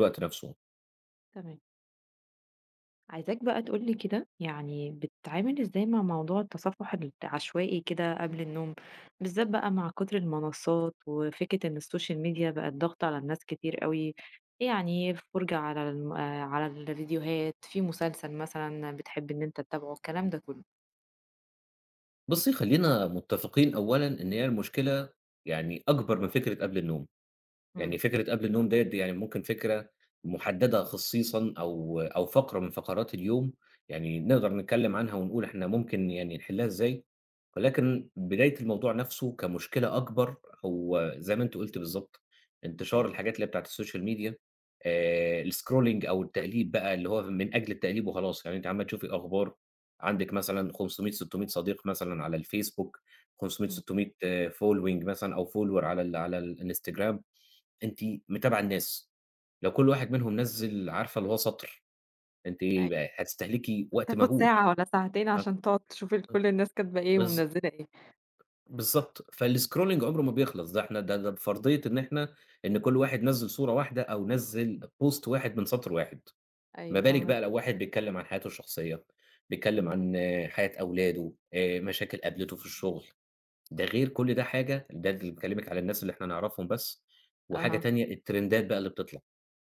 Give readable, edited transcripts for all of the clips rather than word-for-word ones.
الوقت نفسه. تمام. عايزاك بقى تقول لي كده يعني بتتعامل إزاي مع موضوع التصفح العشوائي كده قبل النوم، بالذات بقى مع كتر المنصات وفكرة إن السوشيال ميديا بقت ضاغطة على الناس كتير أوي، يعني فرجة على الفيديوهات، في مسلسل مثلًا بتحب إن أنت تتابعه، الكلام ده كله. بُصّي، خلّينا متّفقين أولًا إن هي المشكلة يعني أكبر من فكرة قبل النوم. إمم. يعني فكرة قبل النوم ديّة يعني ممكن فكرة مُحددة خصيصًا أو فقرة من فقرات اليوم، يعني نقدر نتكلّم عنها ونقول إحنا ممكن يعني نحلّها إزاي، ولكن بداية الموضوع نَفْسه كمشكلة أكبر هو زي ما أنتِ قُلتِ بالضبط، انتشار أيوه، الحاجات اللي هي بتاعة السوشيال ميديا. الscrolling أو التقليب بقى اللي هو من أجل التقليب وخلاص، يعني أنتِ عمّالة تشوفي أخبار عندِك مثلًا 500، 600 صديق مثلًا على الفيسبوك، 500، إمم، 600 following مثلًا أو follower على الإنستجرام. أنتِ متابعة الناس، لو كل واحد منهم نزّل عارفة اللي هو سَطْر، أنتِ أيوه. بقى هتستهلكي وقت هتاخد مهول. ساعة والّا ساعتين آه، عشان تقعد تشوف كل الناس كاتبة إيه بالض ومنزلة إيه. بالضبط، فالscrolling عمره ما بيخلص، ده إحنا ده بفرضية إن إحنا إن كل واحد نزّل صورة واحدة أو نزّل post واحد من سَطْر واحد، ما أيوه بالِك فاهماك. بقى لو واحد بيتكلّم عن حياته الشخصية، بيتكلّم إمم. عن آه، حياة أولاده، مشاكل قابلته في الشغل، ده غير كل ده حاجة ده اللي باكلّمِك على الناس اللي إحنا نعرفهم بس، وحاجة أها. تانية الترندات بقى اللي بتطلع،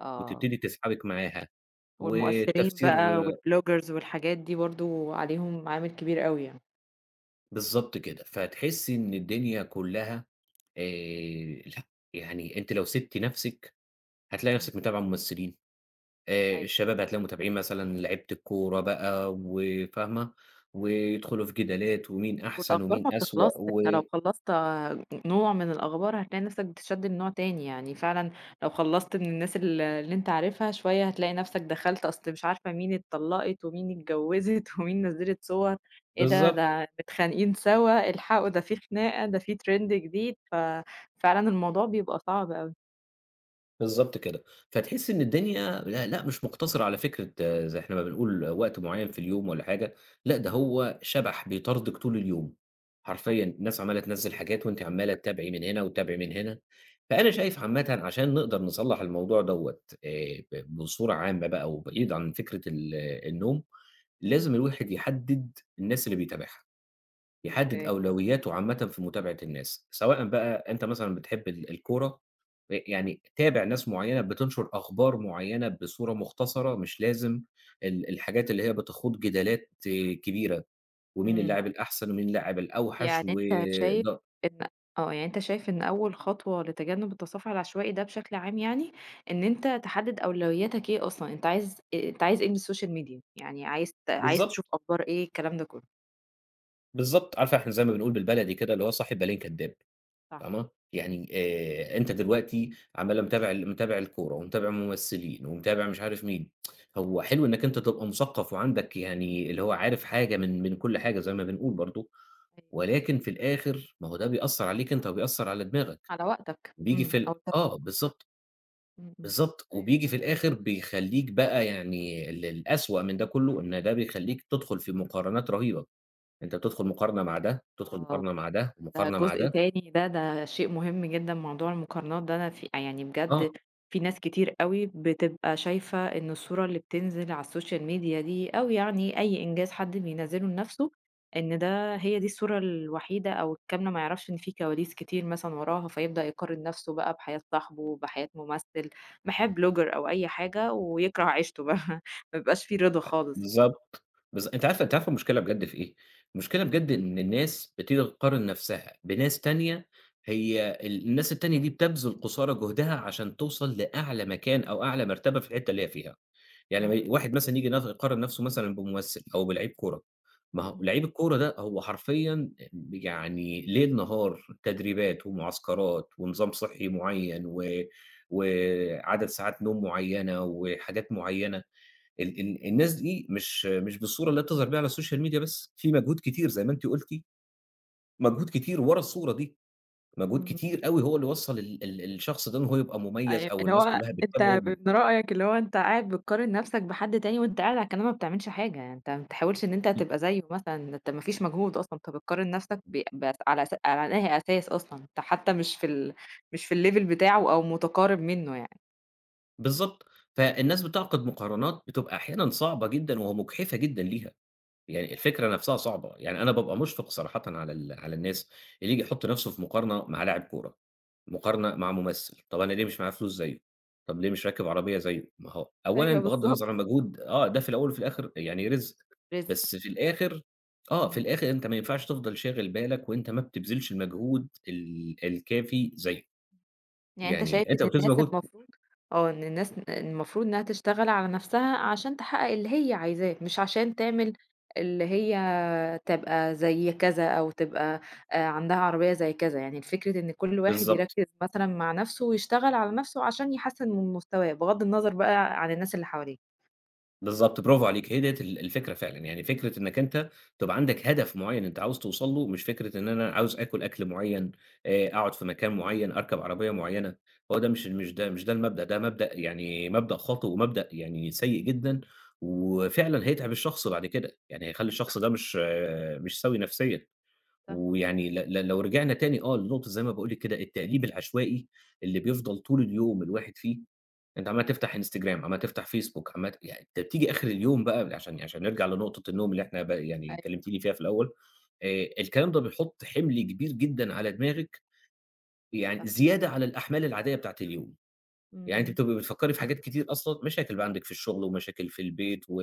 آه. وتبتدي تسحبِك معاها. والمؤثرين والتفسير بقى والbloggers والحاجات دي برضه عليهم عامل كبير أوي يعني، بالضبط كده، فتحسّي إن الدنيا كلّها آآ لأ، يعني أنتِ لو سِبتِ نَفْسِك هتلاقي إمم، نَفْسِك متابعة ممثلين، أيوه، الشباب هتلاقيهم متابعين مثلًا لعيبة الكورة بقى وفاهمة، ويدخلوا في جدالات ومين أحسن والأخبار ما ومين أسوأ. بتخلصش، و أنت لو خلّصت نوع من الأخبار هتلاقي نفسك بتتشد لنوع تاني، يعني فعلًا لو خلّصت من الناس اللي أنت عارفها شوية هتلاقي نفسك دخلت أصل مش عارفة مين اتطلّقت ومين اتجوّزت ومين نزّلت صور، إيه ده، بالضبط. ده متخانقين سوا، الحقوا ده في خناقة، ده في trend جديد، ففعلًا الموضوع بيبقى صعب أوي، بالضبط كده، فتحسّي إن الدنيا لأ، لأ مش مقتصرة على فكرة آه، زي إحنا ما بنقول وقت معيّن في اليوم والّا حاجة، لأ ده هو شبح بيطاردِك طول اليوم، صح، حرفيًا الناس عمّالة تنزّل حاجات وأنتِ عمّالة تتابعي من هنا وتتابعي من هنا، فأنا شايف عامةً عشان نقدر نصلّح الموضوع دوّة ب بصورة عامة بقى وبعيد عن فكرة النوم، إمم، لازم الواحد يحدد الناس اللي بيتابعها. يحدد أوكي، أولوياته عامةً في متابعة الناس، سواء بقى أنت مثلًا بتحب الكورة، يعني تابع ناس معيّنة بتنشر أخبار معيّنة بصورة مختصرة، مش لازم الحاجات اللي هي بتخوض جدالات كبيرة، ومين إمم. اللاعب الأحسن ومين اللاعب الأوحش. يعني و أنت شايف ده إن آه، يعني أنت شايف إن أول خطوة لتجنب التصافح العشوائي ده بشكل عام يعني، إن أنت تحدد أولوياتك إيه أصلًا، أنت عايز إيه من السوشيال ميديا، يعني عايز عايز بالضبط، تشوف أخبار إيه، الكلام ده كله، بالضبط، عارفة إحنا زي ما بنقول بالبلدي كده اللي هو صاحب بالين كداب. صح، فاهمة؟ إمم، يعني أنت دلوقتي عمّال متابع الكورة ومتابع ممثلين ومتابع مش عارف مين، هو حلو إنّك أنت تبقى مثقّف وعندك يعني اللي هو عارف حاجة من كل حاجة زي ما بنقول برضه، أيوه، ولكن في الآخر ما هو ده بيأثّر عليك أنت وبيأثّر على دماغك، على وقتك، بييجي إمم، في أو ال تر آه بالضبط، إمم، إمم، بالضبط، وبييجي أيوه، في الآخر بيخلّيك بقى يعني الأسوأ من ده كُلّه إن ده بيخلّيك تدخُل في مقارنات رهيبة، أنت بتدخُل مقارنة مع ده، تدخُل آه. مقارنة مع ده، ده ومقارنة مع جزء ده، تاني ده شيء مهم جدًا موضوع المقارنات ده، أنا في يعني آه، بجد في ناس كتير أوي بتبقى شايفة إن الصورة اللي بتنزل على السوشيال ميديا دي أو يعني أي إنجاز حد بينزّله لنفسه، إن ده هي دي الصورة الوحيدة أو الكاملة، ما يعرفش إن في كواليس كتير مثلًا وراها، فيبدأ يقارن نفسه بقى بحياة صاحبه، بحياة ممثل، بحياة blogger أو أي حاجة ويكره عيشته بقى، ما بيبقاش في رضا خالص يعني. بالضبط، أنتِ عارفة المشكلة بجد في إيه؟ المشكلة إمم، بجد إن الناس بتيجي تقارن نَفْسها بناس تانية، هي الناس التانية دي بتبذل قصارى جهدها عشان توصل لأعلى مكان أو أعلى مرتبة في الحتّة اللي هي فيها. يعني إمم، لمّا واحد مثلًا ييجي يقارن نَفْسه مثلًا بممثل أو بلعيب كورة، ما هو إمم، لعيب الكورة ده هو حرفيًا يعني ليل نهار تدريبات ومعسكرات ونظام صحّي معيّن و وعدد ساعات نوم معيّنة وحاجات معيّنة. ال إمم، ال الناس دي مش بالصورة اللي هي بتظهر بيها على السوشيال ميديا بس، في مجهود كتير زي ما أنتِ قُلتِ، مجهود كتير ورا الصورة دي، مجهود إمم. كتير أوي هو اللي وصّل ال ال الشخص ده إن هو يبقى مميز أيوه، أو اللي الناس هو كلّها أنت بتتابعه ب من رأيك اللي هو أنت قاعد بتقارن نَفْسك بحد تاني وأنت قاعد على الكنبة ما بتعملش حاجة، يعني أنت ما بتحاولش إن أنت ب تبقى زيه مثلًا، أنت ما فيش مجهود أصلًا، أنت بتقارن نَفْسك بس على على أنهي أساس أصلًا؟ أنت حتى مش في الlevel بتاعه أو متقارب منّه يعني. بالضبط، فالناس بتعقد مقارنات بتبقى أحيانًا صعبة جدًا ومجحفة جدًا ليها. إمم، يعني الفكرة نفسها صعبة، يعني أنا بابقى مُشفِق صراحةً على الناس اللي ييجي يحُط نَفْسه في مقارنة مع لاعب كورة، إمم. مقارنة مع ممثل، طَب أنا ليه مش معايا فلوس زيّه؟ طَب ليه مش راكب أيوه. عربية زيّه؟ ما هو أولًا أيوه بغض بالضبط. النظر عن مجهود آه، ده في الأول وفي الآخِر يعني رِزْق، رزق. بس في الآخِر آه، في إمم. الآخِر أنت ما ينفعش تفضل شاغل بالك وأنت ما بتبذلش المجهود الكافي زيّه، يعني أنت شايف يعني أنت إن بتبذل الناس مجهود. المفروض آه، إن الناس المفروض إنها تشتغل على نفسها عشان تحقق اللي هي عايزاه، مش عشان تعمل اللي هي تبقى زي كذا أو تبقى عندها عربية زي كذا، يعني الفكرة إن كل واحد بالضبط. يركّز مثلًا مع نفسه ويشتغل على نفسه عشان يحسّن من مستواه، بغض النظر بقى عن الناس اللي حواليه. بالضبط، برافو عليكِ، هي ديّة الفكرة فعلًا، يعني فكرة إنّك أنت تبقى عندك هدف معيّن أنت عاوز توصل له، مش فكرة إن أنا عاوز آكل أكل معيّن، أقعد في مكان معيّن، أركب عربية معيّنة، هو ده مش مش ده مش ده المبدأ، ده مبدأ يعني مبدأ خاطئ ومبدأ يعني سيء جدًا، وفعلًا هيتعب الشخص بعد كده، يعني هيخلّي الشخص ده مش سَوِي نفسيًا، صح، ويعني ل ل لو رجعنا تاني آه لنقطة زي ما باقول لِك كده التقليب العشوائي اللي بيفضل طول اليوم الواحد فيه. أنت عمّال تفتح إنستجرام، عمّال تفتح فيسبوك، عمّال ت يعني أنت بتيجي آخر اليوم بقى عشان نرجع لنقطة النوم اللي إحنا يعني أيوه كلمتيني فيها في الأول، الكلام ده بيحُط حِمل كبير جدًا على دماغِك، يعني صح، زيادة على الأحمال العادية بتاعة اليوم، إمم، يعني أنتِ إمم، بتبقي بتفكّري في حاجات كتير أصلًا، مشاكل بقى عندِك في الشغل ومشاكل في البيت و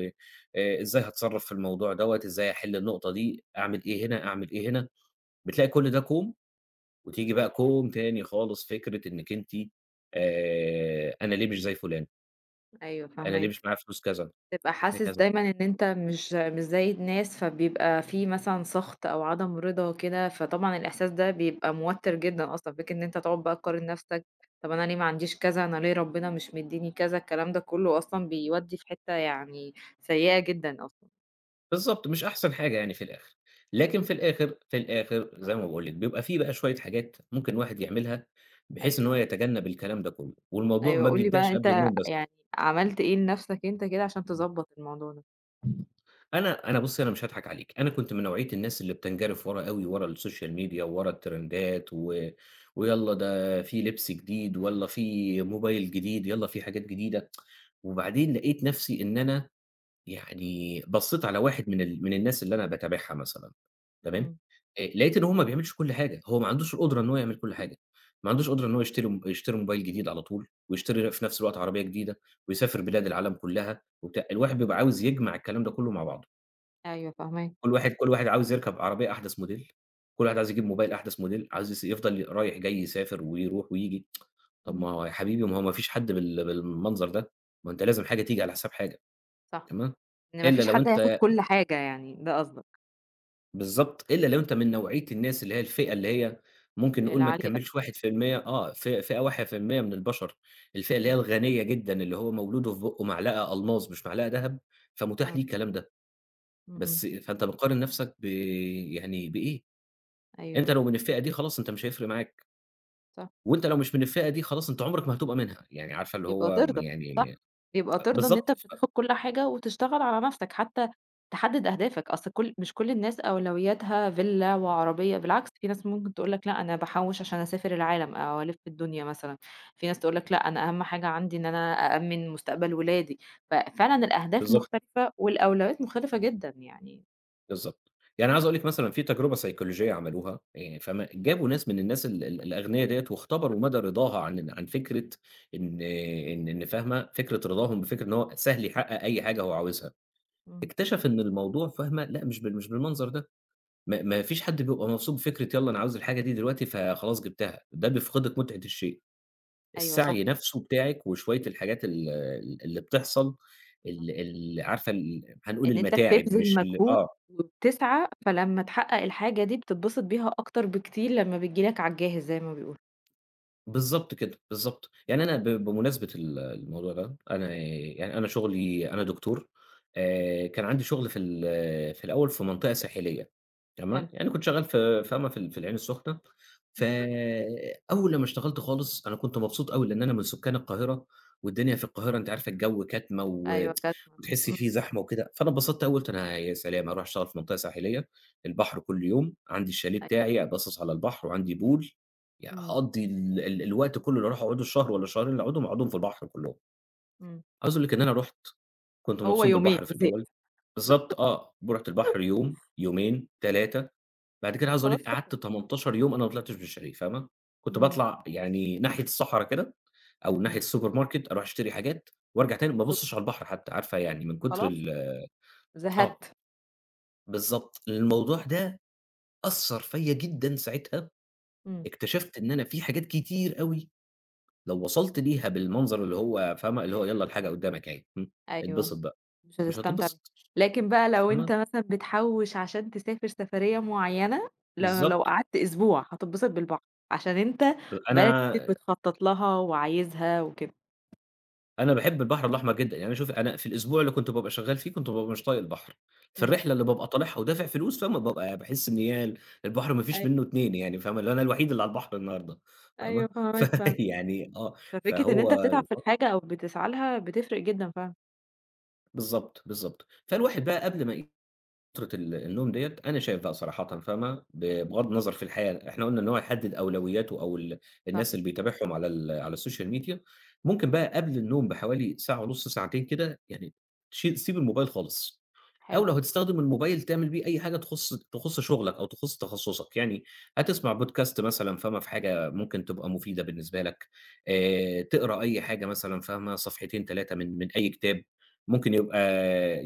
آآ إزاي هاتصرّف في الموضوع دوّة، إزاي هاحل النقطة دي، أعمل إيه هنا، أعمل إيه هنا، بتلاقي كل ده كوم وتيجي بقى كوم تاني خالص فكرة إنِّك أنتِ أنا ليه مش زي فُلان؟ أيوه أنا ليه فاهماك. مش معايا فلوس كذا، تبقى إحنا حاسس كذا، دايمًا إن أنت مش زي الناس، فبيبقى في مثلًا سَخْط أو عدم رضا كده، فطبعًا الإحساس ده بيبقى موتِّر جدًا أصلًا، فكرة إن أنت تقعد بقى تقارن نَفْسك، طَب أنا ليه ما عنديش كذا، أنا ليه ربنا مش مدّيني كذا، الكلام ده كُلّه أصلًا بيودّي في حتّة يعني سيئة جدًا أصلًا. بالضبط مش أحسن حاجة يعني في الآخر، لكن إمم، في الآخر زي ما باقول لِك بيبقى في بقى شوية حاجات ممكن الواحد يعملها بحيث إن هو أيوه، يتجنب الكلام ده كله، والموضوع أيوه، ما قُل لي بقى بيبدأش قبل أنت النوم بس. يعني عملت إيه لنَفْسك أنت كده عشان تضبّط الموضوع ده؟ أنا بُصّي، أنا مش هاضحك عليكِ، أنا كنت من نوعية الناس اللي بتنجرف ورا أوي ورا السوشيال ميديا وورا الترندات، و ويالّا ده في لبس جديد، والّا في موبايل جديد، يالّا في حاجات جديدة، وبعدين لقيت نفسي إن أنا يعني بصّيت على واحد من الناس اللي أنا باتابعها مثلًا، تمام، إمم، لقيت إن هو ما بيعملش كل حاجة، هو ما عندوش القدرة إن هو يعمل كل حاجة، ما عندوش قدرة إن هو يشتري موبايل جديد على طول، ويشتري في نفس الوقت عربية جديدة، ويسافر بلاد العالم كلّها وبتاع، الواحد بيبقى عاوز يجمع الكلام ده كلّه مع بعضه، أيوه فاهماك، كل واحد عاوز يركب عربية أحدث موديل، كل واحد عايز يجيب موبايل أحدث موديل، عايز يفضل رايح جاي يسافر ويروح وييجي، طَب إمم، ما هو يا حبيبي ما هو ما فيش حد بالمنظر ده، ما أنت لازم حاجة تيجي على حساب حاجة، صح، تمام، إن ما إلا فيش لو حد هياخد أنت كل حاجة يعني، ده قصدك، بالضبط، إلا لو أنت من نوعية الناس اللي هي الفئة اللي هي ممكن نقول ما العالي أوي، تكمّلش 1%. آه، فئة 1% من البشر، الفئة اللي هي إمم، الغنية جدًا، اللي هو مولوده في بُقّه معلقة ألماظ مش معلقة دهب، فمتاح ليه فاهماك، الكلام ده، إمم، إمم. بس فأنت بتقارن نَفْسك يعني بإيه؟ أيوه أنت لو من الفئة دي خلاص أنت مش هيفرق معاك، صح، وأنت لو مش من الفئة دي خلاص أنت عمرك ما هتبقى منها، يعني عارفة اللي يبقى هو ترضى، يعني صح، يبقى ترضى إن بالضبط، أنت مش هتاخد كل حاجة وتشتغل على نفْسك، حتى تحدد أهدافك، أصل مش كل الناس أولوياتها فيلا وعربية، بالعكس في ناس ممكن تقول لك لأ أنا باحوّش عشان أسافر العالم أو ألِف الدنيا مثلًا، في ناس تقول لك لأ أنا أهم حاجة عندي إن أنا أأمِّن مستقبل ولادي، ففعلًا الأهداف بالضبط. مختلفة والأولويات مختلفة جدًا يعني، بالضبط. يعني عايز أقول لِك مثلًا في تجربة سيكولوجية عملوها، فما جابوا ناس من الناس ال ال الأغنيا ديّة واختبروا مدى رضاها عن فكرة إن إن فاهمة، فكرة رضاهم بفكرة إن هو سهل يحقق أي حاجة هو عاوزها. إمم، اكتشف إن الموضوع فاهمة، لأ مش بالمنظر ده، ما فيش حد بيبقى مبسوط بفكرة يالّا أنا عاوز الحاجة دي دلوقتي فخلاص جبتها، ده بيفقدِك متعة الشيء. أيوه صح. السعي نفسه بتاعِك وشوية الحاجات ال ال اللي بتحصل ال ال عارفة هنقول إن أنت المتاعب بتبذل مش مجهود آه. وبتسعى، فلمّا تحقق الحاجة دي بتتبسط بيها أكتر بكتير لمّا بتيجي لك على الجاهز زي ما بيقولوا. بالضبط كده، بالضبط. يعني أنا ب بمناسبة الموضوع ده، أنا يعني أنا شغلي أنا دكتور، كان عندي شغل في الأول في منطقة ساحلية، تمام؟ حلو، يعني كنت شغال في فاهمة، في العين السخنة، إمم. إمم. فأول لمّا اشتغلت خالص أنا كنت مبسوط أوي، لإن أنا من سكان القاهرة، والدنيا في القاهرة أنتِ عارفة الجو كاتمة و أيوه كاتمة، وتحسّي إمم، فيه إمم، زحمة وكده، فأنا اتبسطت أوي، قُلت أنا يا سلام! أروح أشتغل في منطقة ساحلية، البحر كل يوم، عندي الشاليه أيوه، بتاعي، باصص على البحر وعندي pool. إمم، هاقضّي ال ال الوقت كُلّه اللي هاروح أقعده الشهر والّا الشهرين اللي هاقعدهم، هاقعدهم في البحر كُلّهم. إمم، عاوز أقول لِك إن أنا رُحت، كنت هو مبسوط يومين بالبحر في الأول وزهقت، بالضبط آه، ورُحت البحر يوم، يومين، 3. بعد كده عاوز أقول لِك خلاص قعدت شكرًا، 18 يوم أنا ما طلعتش من الشاليه فاهمة، كنت إمم، باطلع يعني ناحية الصحرا كده أو إمم، ناحية إمم، السوبر ماركت أروح أشتري حاجات وأرجع تاني ما وشكرًا، أبُصّش على البحر حتى، عارفة يعني من كتر خلاص آه، زهدت، بالضبط. الموضوع ده أثّر فيّا جدًا ساعتها، إمم، اكتشفت إن أنا في حاجات كتير أوي لو وصلت ليها بالمنظر اللي هو فاهمة، اللي هو يالّا الحاجة قدّامك أهي، أيوه، اتبسط بقى، مش مش هتستمتع بيها. هتتبسط لكن بقى لو أنت فاهمة، مثلًا بتحوّش عشان تسافر سفرية معيّنة، لو بالضبط، قعدت أسبوع هتتبسط بالبحر، عشان أنت بقى لك أنا كتير بتخطط لها وعايزها وكده، أنا باحب البحر الأحمر جدًا، يعني أنا شوفي أنا في الأسبوع اللي كنت بابقى شغال فيه كنت بابقى مش طايق البحر، في إمم. الرحلة اللي بابقى طالعها ودافع فلوس فاهمة، بابقى باحس إن ياه البحر ما فيش منه أيوه، اتنين يعني فاهمة، اللي هو أنا الوحيد اللي على البحر النهارده أيوه فاهمة، فاهماك فعلًا، فيعني آه، ففكرة إن فهو أنت بتتعب في الحاجة أو بتسعى لها بتفرق جدًا فعلًا، بالضبط، بالضبط، بالضبط. فالواحد بقى قبل ما فترة النوم ديّة أنا شايف بقى صراحةً فاهمة، بغض النظر في الحياة، إحنا قُلنا إن هو يحدد أولوياته أو صح الناس اللي بيتابعهم على السوشيال ميديا، ممكن بقى قبل النوم بحوالي ساعة ونُص، ساعتين كده يعني تسيب الموبايل خالص. أو حلو، لو هتستخدم الموبايل تعمل بيه أي حاجة تخُص شُغلك أو تخُص تخصُّصك، يعني هتسمع podcast مثلًا فاهمة في حاجة ممكن تبقى مفيدة بالنسبة لك، إمم، تقرا أي حاجة مثلًا فاهمة صفحتين 3 من أي كتاب، ممكن يبقى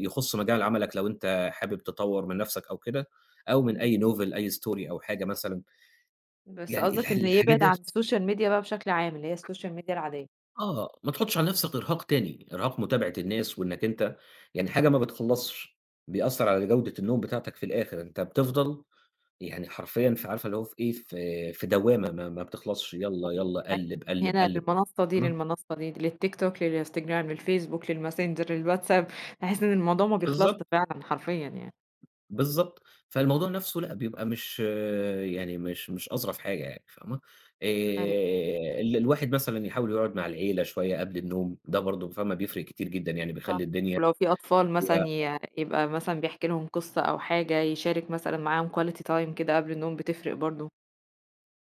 يخُص مجال عملك لو أنت حابب تطوّر من نَفْسك أو كده، أو من إمم، أي novel أي story أو حاجة مثلًا، بس يعني قصدك إن الحاجات يبعد ديّة عن السوشيال ميديا بقى بشكل عام، اللي هي السوشيال ميديا العادية، آه، ما تحُطّش على نَفْسك إرهاق تاني، إرهاق متابعة الناس وإنّك أنت يعني حاجة ما بتخلّصش، بيأثّر على جودة النوم بتاعتك في الآخر، أنت بتفضل يعني حرفيًا عارفة اللي هو في إيه، في دوّامة ما بتخلصش، صح. يالّا، دي يالّا، حقيقة، قلِّب، من قلِّب، هنا قلِّب، للمنصة دي، تمام، للمنصة دي، للتيك توك، للإنستجرام، للفيسبوك، للماسنجر، للواتساب، تحس إن الموضوع ما بيخلصش بالضبط، فعلًا حرفيًا يعني. بالضبط. فالموضوع نَفْسه لأ، بيبقى مش يعني مش أظرف حاجة يعني فاهمة؟ أيوه، ال الواحد مثلًا يحاول يقعد مع العيلة شوية قبل النوم، ده برضه فاهمة بيفرق كتير جدًا، يعني صح. بيخلّي الدنيا ولو في أطفال مثلًا يبقى مثلًا بيحكي لهم قصة أو حاجة، يشارك مثلًا معاهم quality time كده قبل النوم بتفرق برضه،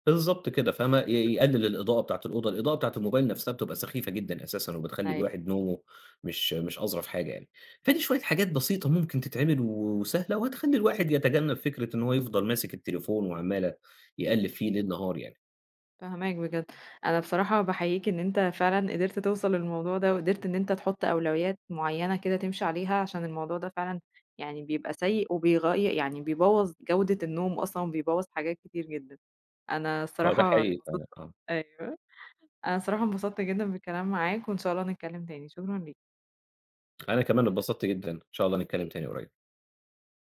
بالضبط كده، فاهمة؟ يقلل الإضاءة بتاعة الأوضة، الإضاءة بتاعة الموبايل نفسها بتبقى سخيفة جدًا أساسًا، وبتخلّي أيوه. الواحد نومه مش أظرف حاجة يعني. فدي شوية حاجات بسيطة ممكن تتعمل و- وسهلة، وهتخلّي الواحد يتجنب فكرة إن هو يفضل ماسك التليفون وعمّال يقلِّب فيه ليل نهار يعني، فاهماك بجد. أنا بصراحة باحييك إن أنت فعلًا قدرت توصل للموضوع ده، وقدرت إن أنت تحط أولويات معيّنة كده تمشي عليها، عشان الموضوع ده فعلًا يعني بيبقى سيء يعني بيبوّظ جودة النوم أصلًا، وبيبوّظ حاجات كتير جدًا. أنا فده الصراحة حقيقي انبسطت فعلًا آه. أيوه. أنا الصراحة انبسطت جدًا بالكلام معاك، وإن شاء الله نتكلم تاني. شكرًا ليك. أنا كمان اتبسطت جدًا، إن شاء الله نتكلم تاني قريب.